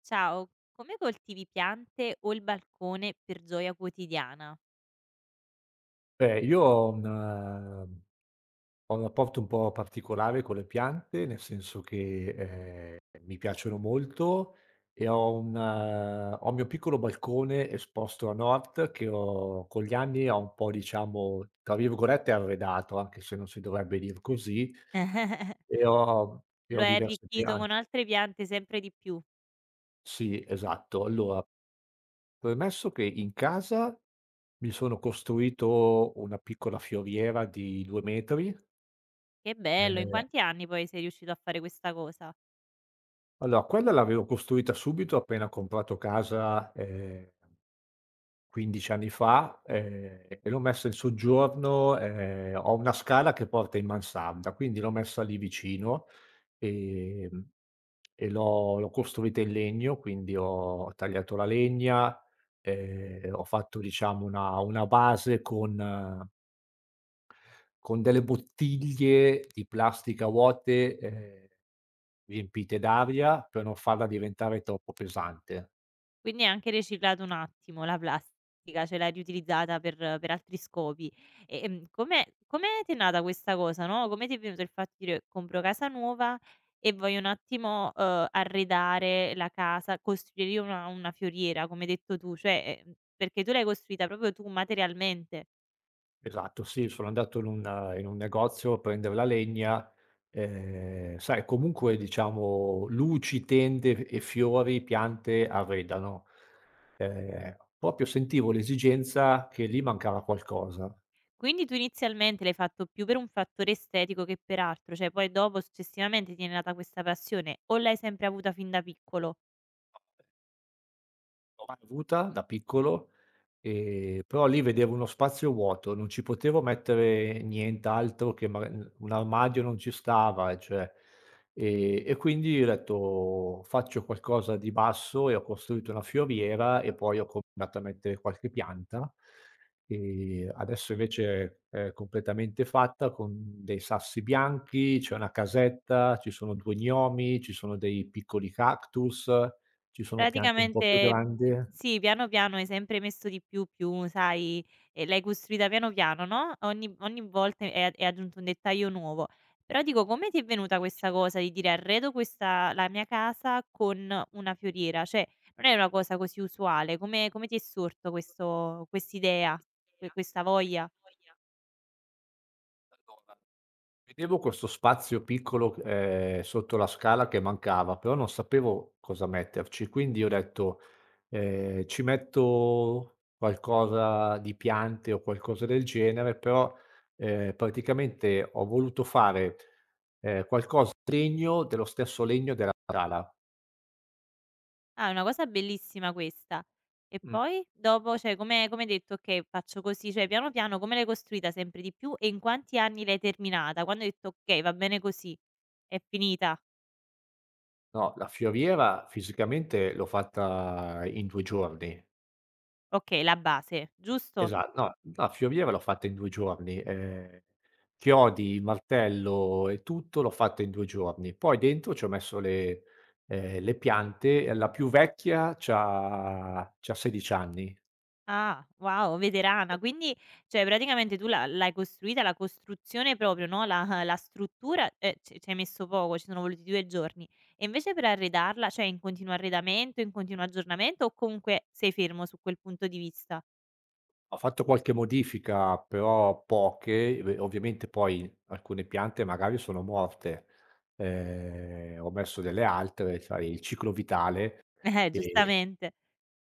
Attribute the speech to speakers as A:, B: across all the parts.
A: Ciao, come coltivi piante o il balcone per gioia quotidiana?
B: Beh, io ho un rapporto un po' particolare con le piante, nel senso che, mi piacciono molto e ho il mio piccolo balcone esposto a nord che ho con gli anni ho un po' diciamo, tra virgolette, "arredato", anche se non si dovrebbe dir così, e ho e
A: Lo
B: ho
A: hai
B: diverse
A: arricchito con
B: piante.
A: altre piante sempre di più.
B: Sì, esatto. Allora, premesso che in casa mi sono costruito una piccola fioriera di 2 metri.
A: Che bello, in
B: ehm
A: quanti anni poi sei riuscito a fare questa cosa?
B: Allora, quella l'avevo costruita subito appena ho comprato casa, 15 anni fa, e l'ho messa in soggiorno, ho una scala che porta in mansarda, quindi l'ho messa lì vicino, ehm, e l'ho costruita in legno, quindi ho tagliato la legna, ho fatto diciamo una base con delle bottiglie di plastica vuote, riempite d'aria per non farla diventare troppo pesante.
A: Quindi hai anche riciclato un attimo la plastica, cioè l'hai riutilizzata per altri scopi. Come ti è nata questa cosa, no, come ti è venuto il fatto di dire: "Compro casa nuova e voglio un attimo, arredare la casa, costruire io una fioriera", come hai detto tu, cioè, perché tu l'hai costruita proprio tu materialmente.
B: Esatto, sì, sono andato in un negozio a prender la legna, sai comunque diciamo luci, tende e fiori, piante arredano. Proprio sentivo l'esigenza che lì mancava qualcosa.
A: Quindi tu inizialmente l'hai fatto più per un fattore estetico che per altro, cioè poi dopo successivamente ti è nata questa passione o l'hai sempre avuta fin da piccolo?
B: L'ho mai avuta da piccolo. Però lì vedevo uno spazio vuoto, non ci potevo mettere nient'altro che maga n un armadio non ci stava, cioè, e quindi ho detto: "Faccio qualcosa di basso", e ho costruito una fioriera e poi ho cominciato a mettere qualche pianta. Adesso invece è completamente fatta con dei sassi bianchi, c'è una casetta, ci sono 2 gnomi, ci sono dei piccoli cactus, ci sono piante un po' più
A: Praticamente
B: grandi.
A: sì, piano piano hai sempre messo di più, più, sai, e l'hai costruita piano piano, no, ogni volta hai aggiunto un dettaglio nuovo. Però dico, come ti è venuta questa cosa di dire: "Arredo questa la mia casa con una fioriera?" Cioè, non è una cosa così usuale. Come ti è sorto questo quest'idea, questa voglia?
B: Vedevo questo spazio piccolo, sotto la scala che mancava, però non sapevo cosa metterci, quindi ho detto: "Ci metto qualcosa di piante o qualcosa del genere", però, praticamente ho voluto fare, qualcosa di legno dello stesso legno della scala.
A: Ah, è una cosa bellissima questa. E
B: Mh.
A: poi? Dopo, cioè come hai detto: "Okay, faccio così", cioè piano piano come l'hai costruita sempre di più e in quanti anni l'hai terminata? Quando hai detto: "Okay, va bene così, è finita.
B: No, la fioriera fisicamente l'ho fatta in 2 giorni.
A: Okay, la base", giusto?
B: Esa no, no fioriere l'ho fatta in 2 giorni, chiodi, martello e tutto l'ho fatta in 2 giorni. Poi dentro ci ho messo le piante e la più vecchia c'ha 16 anni.
A: Ah, wow, veterana. Quindi, cioè praticamente tu l'hai costruita, la costruzione proprio, no, la struttura, c ci hai messo poco, ci sono voluti 2 giorni. E invece per arredarla, cioè è in continuo arredamento, in continuo aggiornamento o comunque sei fermo su quel punto di vista?
B: Ho fatto qualche modifica, però poche, v ovviamente poi alcune piante magari sono morte. Ho messo delle altre, sai, il ciclo vitale. Eh. ehm
A: Giustamente.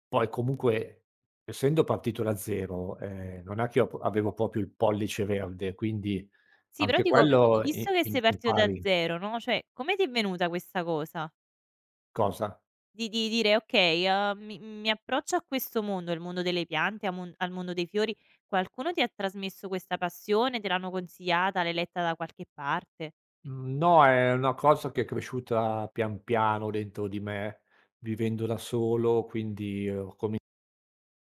B: Poi comunque, essendo partito da 0, non è che io p avevo proprio il pollice verde, quindi
A: Sì, però
B: anche
A: dico,
B: quello
A: visto
B: i
A: che
B: im
A: sei partito da
B: impari.
A: zero, no, cioè come ti è venuta questa cosa?
B: Cosa?
A: Di dire: "Okay, mi approccio a questo mondo, il mondo delle piante, a mon al mondo dei fiori." Qualcuno ti ha trasmesso questa passione? Te l'hanno consigliata? L'hai letta da qualche parte?
B: Mhmm, no, è una cosa che è cresciuta pian piano dentro di me, vivendo da solo, quindi ho comin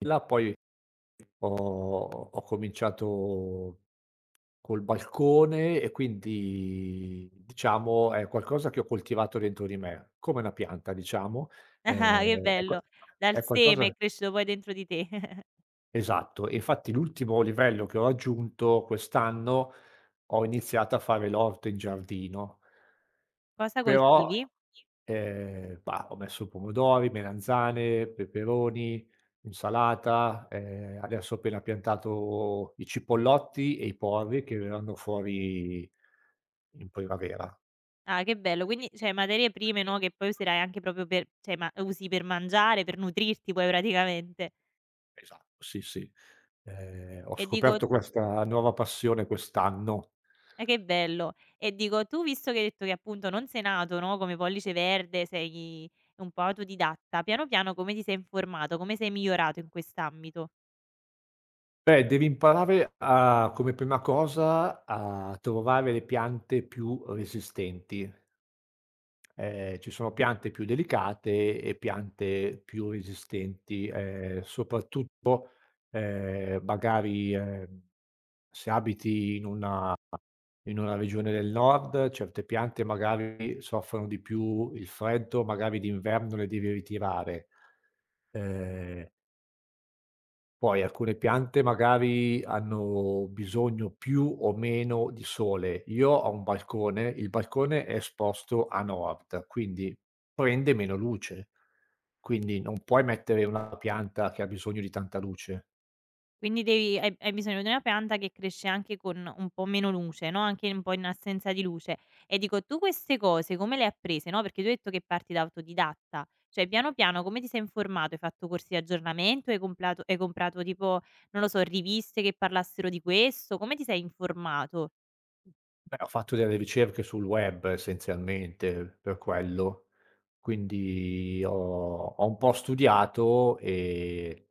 B: là poi Ho ho cominciato col balcone e quindi diciamo è qualcosa che ho coltivato dentro di me, come una pianta diciamo.
A: Ah, che
B: È qua
A: bello. Dal
B: è
A: seme
B: qualcosa
A: è cresciuto poi dentro di te.
B: esatto, e infatti l'ultimo livello che ho raggiunto quest'anno, ho iniziato a fare l'orto in giardino.
A: Cosa
B: Però,
A: coltivi?
B: bah, ho messo pomodori, melanzane, peperoni, insalata, adesso ho appena piantato i cipollotti e i porri che verranno fuori in primavera.
A: Ah, che bello. Quindi, cioè materie prime, no, che poi userai anche proprio per cioè ma usi per mangiare, per nutrirti poi praticamente.
B: Esatto, sì, sì. Ho
A: E dico
B: scoperto questa nuova passione quest'anno.
A: ma che bello. E dico, tu visto che hai detto che appunto non sei nato, no, come pollice verde, sei un po' autodidatta, piano piano come ti sei informato, come sei migliorato in quest'ambito?
B: Beh, devi imparare, a come prima cosa, a trovare le piante più resistenti. Ci sono piante più delicate e piante più resistenti, soprattutto, magari, se abiti in una regione del nord, certe piante magari soffrono di più il freddo, magari d'inverno le devi ritirare. Ehm poi alcune piante magari hanno bisogno più o meno di sole. Io ho un balcone, il balcone è esposto a nord, quindi prende meno luce. Quindi non puoi mettere una pianta che ha bisogno di tanta luce.
A: Quindi devi hai bisogno di una pianta che cresce anche con un po' meno luce, no, anche un po' in assenza di luce. E dico, tu queste cose come le hai apprese, no, perché tu hai detto che parti da autodidatta, cioè piano piano come ti sei informato? Hai fatto corsi di aggiornamento? Hai comprato tipo, non lo so, riviste che parlassero di questo? Come ti sei informato?
B: Beh, ho fatto delle ricerche sul web essenzialmente per quello, quindi ho un po' studiato e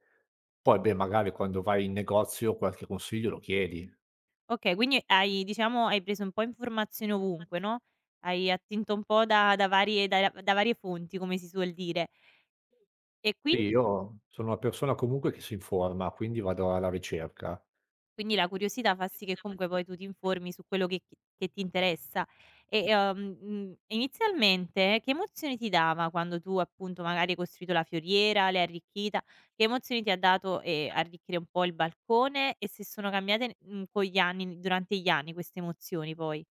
B: poi beh, magari quando vai in negozio qualche consiglio lo chiedi.
A: Okay, quindi hai diciamo hai preso un po' informazioni ovunque, no, hai attinto un po' da varie da varie fonti, come si suol dire. E quin
B: Sì, io sono una persona comunque che si informa, quindi vado alla ricerca.
A: quindi la curiosità fa sì che comunque poi tu ti informi su quello che chi che ti interessa. E, inizialmente che emozioni ti dava quando tu appunto magari hai costruito la fioriera, l'hai arricchita? Che emozioni ti ha dato, arricchire un po' il balcone e se sono cambiate, con gli anni durante gli anni queste emozioni poi?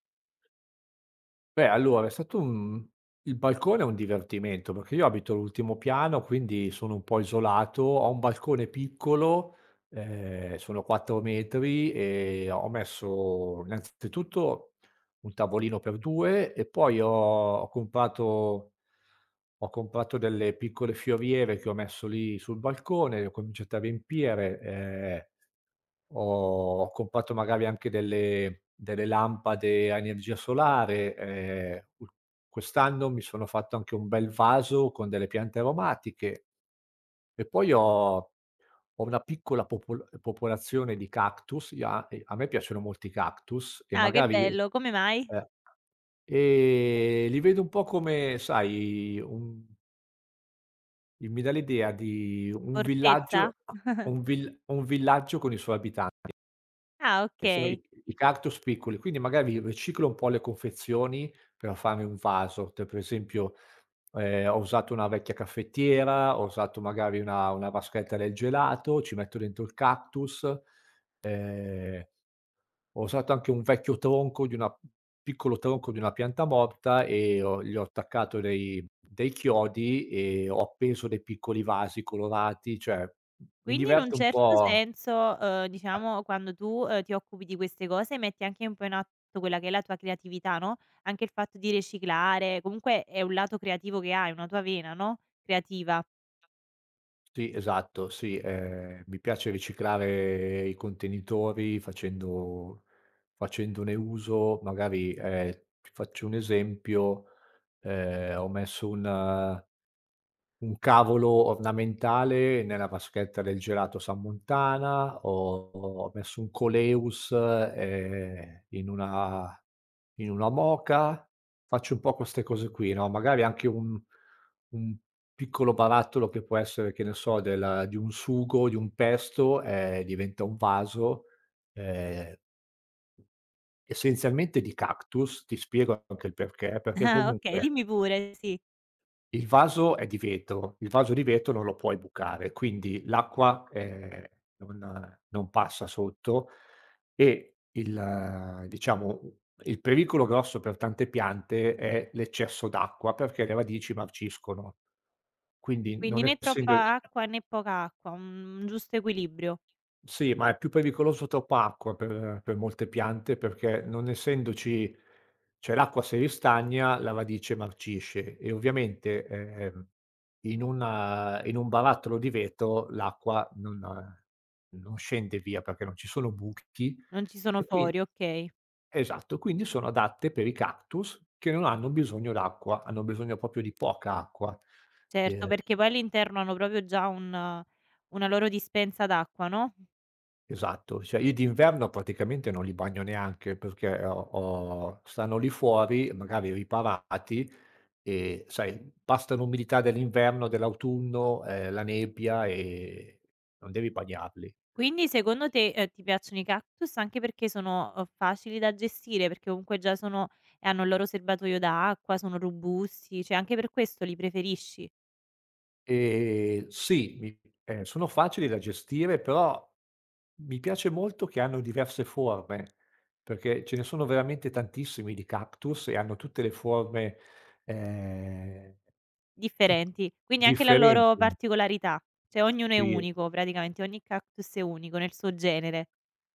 B: Beh, allora è stato un il balcone è un divertimento, perché io abito all'ultimo piano, quindi sono un po' isolato, ho un balcone piccolo, sono 4 metri e ho messo innanzitutto un tavolino per 2 e poi ho comprato delle piccole fioriere che ho messo lì sul balcone, le ho cominciate a riempire. Ho comprato magari anche delle lampade a energia solare. U Quest'anno mi sono fatto anche un bel vaso con delle piante aromatiche e poi ho una piccola popolazione di cactus, io a a me piacciono molto i cactus e
A: Ah, che
B: magari
A: bello, come mai?
B: eh, li vedo un po' come sai, un mi dà l'idea di un
A: Fortezza?
B: villaggio un vill un villaggio con i suoi abitanti.
A: Ah, okay.
B: I i cactus piccoli, quindi magari riciclo un po' le confezioni per farmi un vaso. Te per esempio, ho usato una vecchia caffettiera, ho usato magari una vaschetta del gelato, ci metto dentro il cactus, ehm, ho usato anche un vecchio tronco di una piccolo tronco di una pianta morta e ho gli ho attaccato dei chiodi e ho appeso dei piccoli vasi colorati, cioè mi
A: Quindi in un
B: diverto un
A: certo
B: po'
A: senso,
B: a
A: diciamo quando tu, ti occupi di queste cose metti anche un po' in atto quella che è la tua creatività, no, anche il fatto di riciclare, comunque è un lato creativo che hai, una tua vena, no, creativa.
B: Sì, esatto, sì, mi piace riciclare i contenitori facendone uso magari, ti faccio un esempio, ho messo un cavolo ornamentale nella vaschetta del gelato Sammontana, ho messo un Coleus, in una moka, faccio un po' queste cose qui, no, magari anche un piccolo barattolo che può essere, che ne so, del di un sugo, di un pesto, diventa un vaso, ehm, essenzialmente di cactus, ti spiego anche il perché, perché
A: Ah, okay,
B: comunque
A: dimmi pure, sì.
B: il vaso è di vetro, il vaso di vetro non lo puoi bucare, quindi l'acqua, non passa sotto e il diciamo, il pericolo grosso per tante piante è l'eccesso d'acqua, perché le radici marciscono. Quindi
A: Quindi
B: non
A: né
B: essendo,
A: troppa acqua né poca acqua, un giusto equilibrio.
B: sì, ma è più pericoloso troppa acqua per molte piante, perché non essendoci, cioè l'acqua se ristagna la radice marcisce e ovviamente, in una in un barattolo di vetro l'acqua non scende via perché non ci sono buchi.
A: Non ci sono
B: e qui
A: fori, okay.
B: esatto, quindi sono adatte per i cactus che non hanno bisogno d'acqua, hanno bisogno proprio di poca acqua.
A: Certo,
B: Ehm
A: perché poi all'interno hanno proprio già un una loro dispensa d'acqua, no?
B: Esatto, cioè io d'inverno praticamente non li bagno neanche perché ho ho stanno lì fuori, magari riparati e sai, basta l'umidità dell'inverno, dell'autunno, la nebbia, e non devi bagnarli.
A: Quindi secondo te, ti piacciono i cactus anche perché sono, facili da gestire, perché comunque già sono e hanno il loro serbatoio d'acqua, sono robusti, cioè anche per questo li preferisci?
B: Sì, mi sono facili da gestire, però mi piace molto che hanno diverse forme, perché ce ne sono veramente tantissimi di cactus e hanno tutte le forme, ehm, tut
A: Differenti, quindi anche la loro
B: differenti.
A: particolarità, cioè ognuno è
B: Sì.
A: unico praticamente, ogni cactus è unico nel suo genere.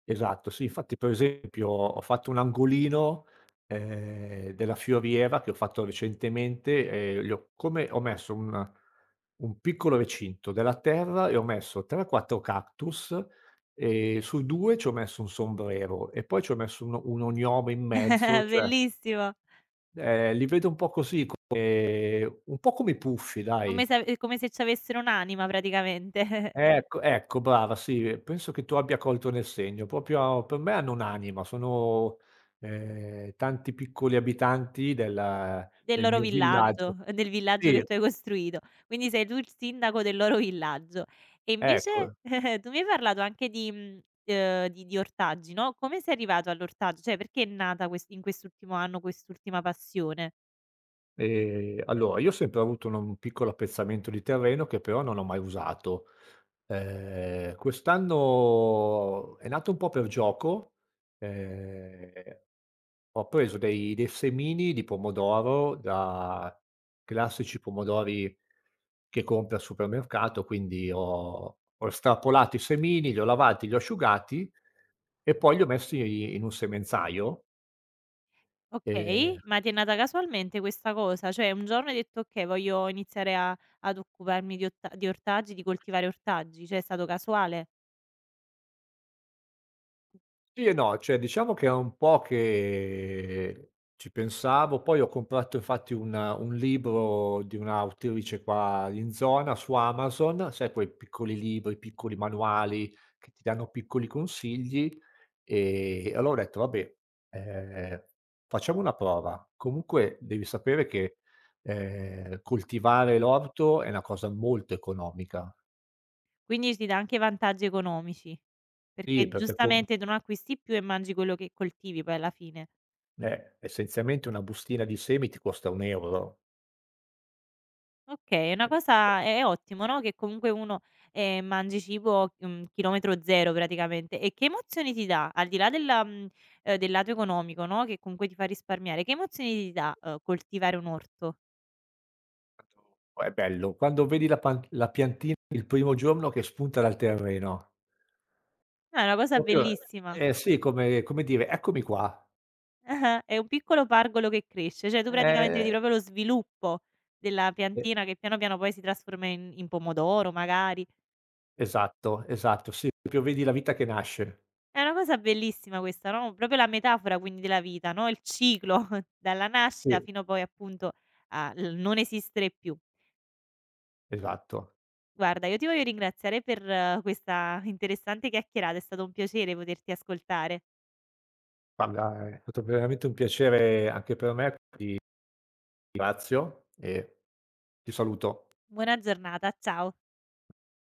B: Esatto, sì, infatti per esempio ho fatto un angolino, della fioriera che ho fatto recentemente, gli ho come ho messo un piccolo recinto della terra e ho messo 3, 4 cactus, e su 2 ci ho messo un sombrero e poi ci ho messo un oniome in mezzo, cioè,
A: Bellissimo,
B: li vedo un po' così, come un po' come i puffi
A: come
B: dai.
A: se ave come se c'avessero un'anima praticamente.
B: Ecco, ecco brava, sì, penso che tu abbia colto nel segno. Proprio per me hanno un'anima, sono, tanti piccoli abitanti del
A: Del
B: del
A: loro
B: mio villaggio.
A: villaggio, del villaggio
B: Sì,
A: che tu hai costruito. Quindi sei tu il sindaco del loro villaggio. E invece
B: ecco.
A: tu mi hai parlato anche di di ortaggi, no, come sei arrivato all'ortaggio? Cioè perché è nata ques in quest'ultimo anno quest'ultima passione?
B: Allora io ho sempre avuto un piccolo appezzamento di terreno che però non ho mai usato. Quest'anno è nato un po' per gioco. Ehm Ho preso dei semini di pomodoro da classici pomodori che compri al supermercato, quindi ho estrapolato i semini, li ho lavati, li ho asciugati e poi li ho messi in un semenzaio. Ehm,
A: Okay, ma ti è nata casualmente questa cosa? Cioè un giorno hai detto: "Okay, voglio iniziare a ad occuparmi di otta di ortaggi, di coltivare ortaggi." Cioè è stato casuale?
B: sì e no, cioè diciamo che è un po' che ci pensavo, poi ho comprato infatti un libro di un'autrice qua in zona su Amazon, sai quei piccoli libri, piccoli manuali che ti danno piccoli consigli. Allora ho detto: "Vabbè, ehm, facciamo una prova". Comunque devi sapere che, coltivare l'orto è una cosa molto economica.
A: Quindi ti dà anche vantaggi economici,
B: Sì,
A: perché
B: perché com
A: giustamente tu non acquisti più e mangi quello che coltivi poi alla fine.
B: essenzialmente una bustina di semi ti costa 1 €.
A: Okay, è una cosa è ottimo, no, che comunque uno, mangi cibo, chilometro zero praticamente. E che emozioni ti dà? Al di là della del lato economico, no, che comunque ti fa risparmiare, che emozioni ti dà, coltivare un orto?
B: È bello. Quando vedi la piantina il primo giorno che spunta dal terreno,
A: No, è una cosa
B: proprio
A: bellissima.
B: eh sì, come dire: "Eccomi qua".
A: Ah-ah, è un piccolo pargolo che cresce, cioè tu praticamente vedi
B: Eh,
A: proprio lo sviluppo della
B: e
A: piantina che piano piano poi si trasforma in pomodoro magari.
B: esatto, esatto, sì, proprio vedi la vita che nasce.
A: È una cosa bellissima questa, no, proprio la metafora quindi della vita, no, il ciclo dalla nascita
B: Sì.
A: fino poi appunto al non esistere più.
B: Esatto.
A: Guarda, io ti voglio ringraziare per questa interessante chiacchierata, è stato un piacere poterti ascoltare.
B: Guarda, è stato veramente un piacere anche per me, ti ringrazio e ti saluto.
A: Buona giornata, ciao.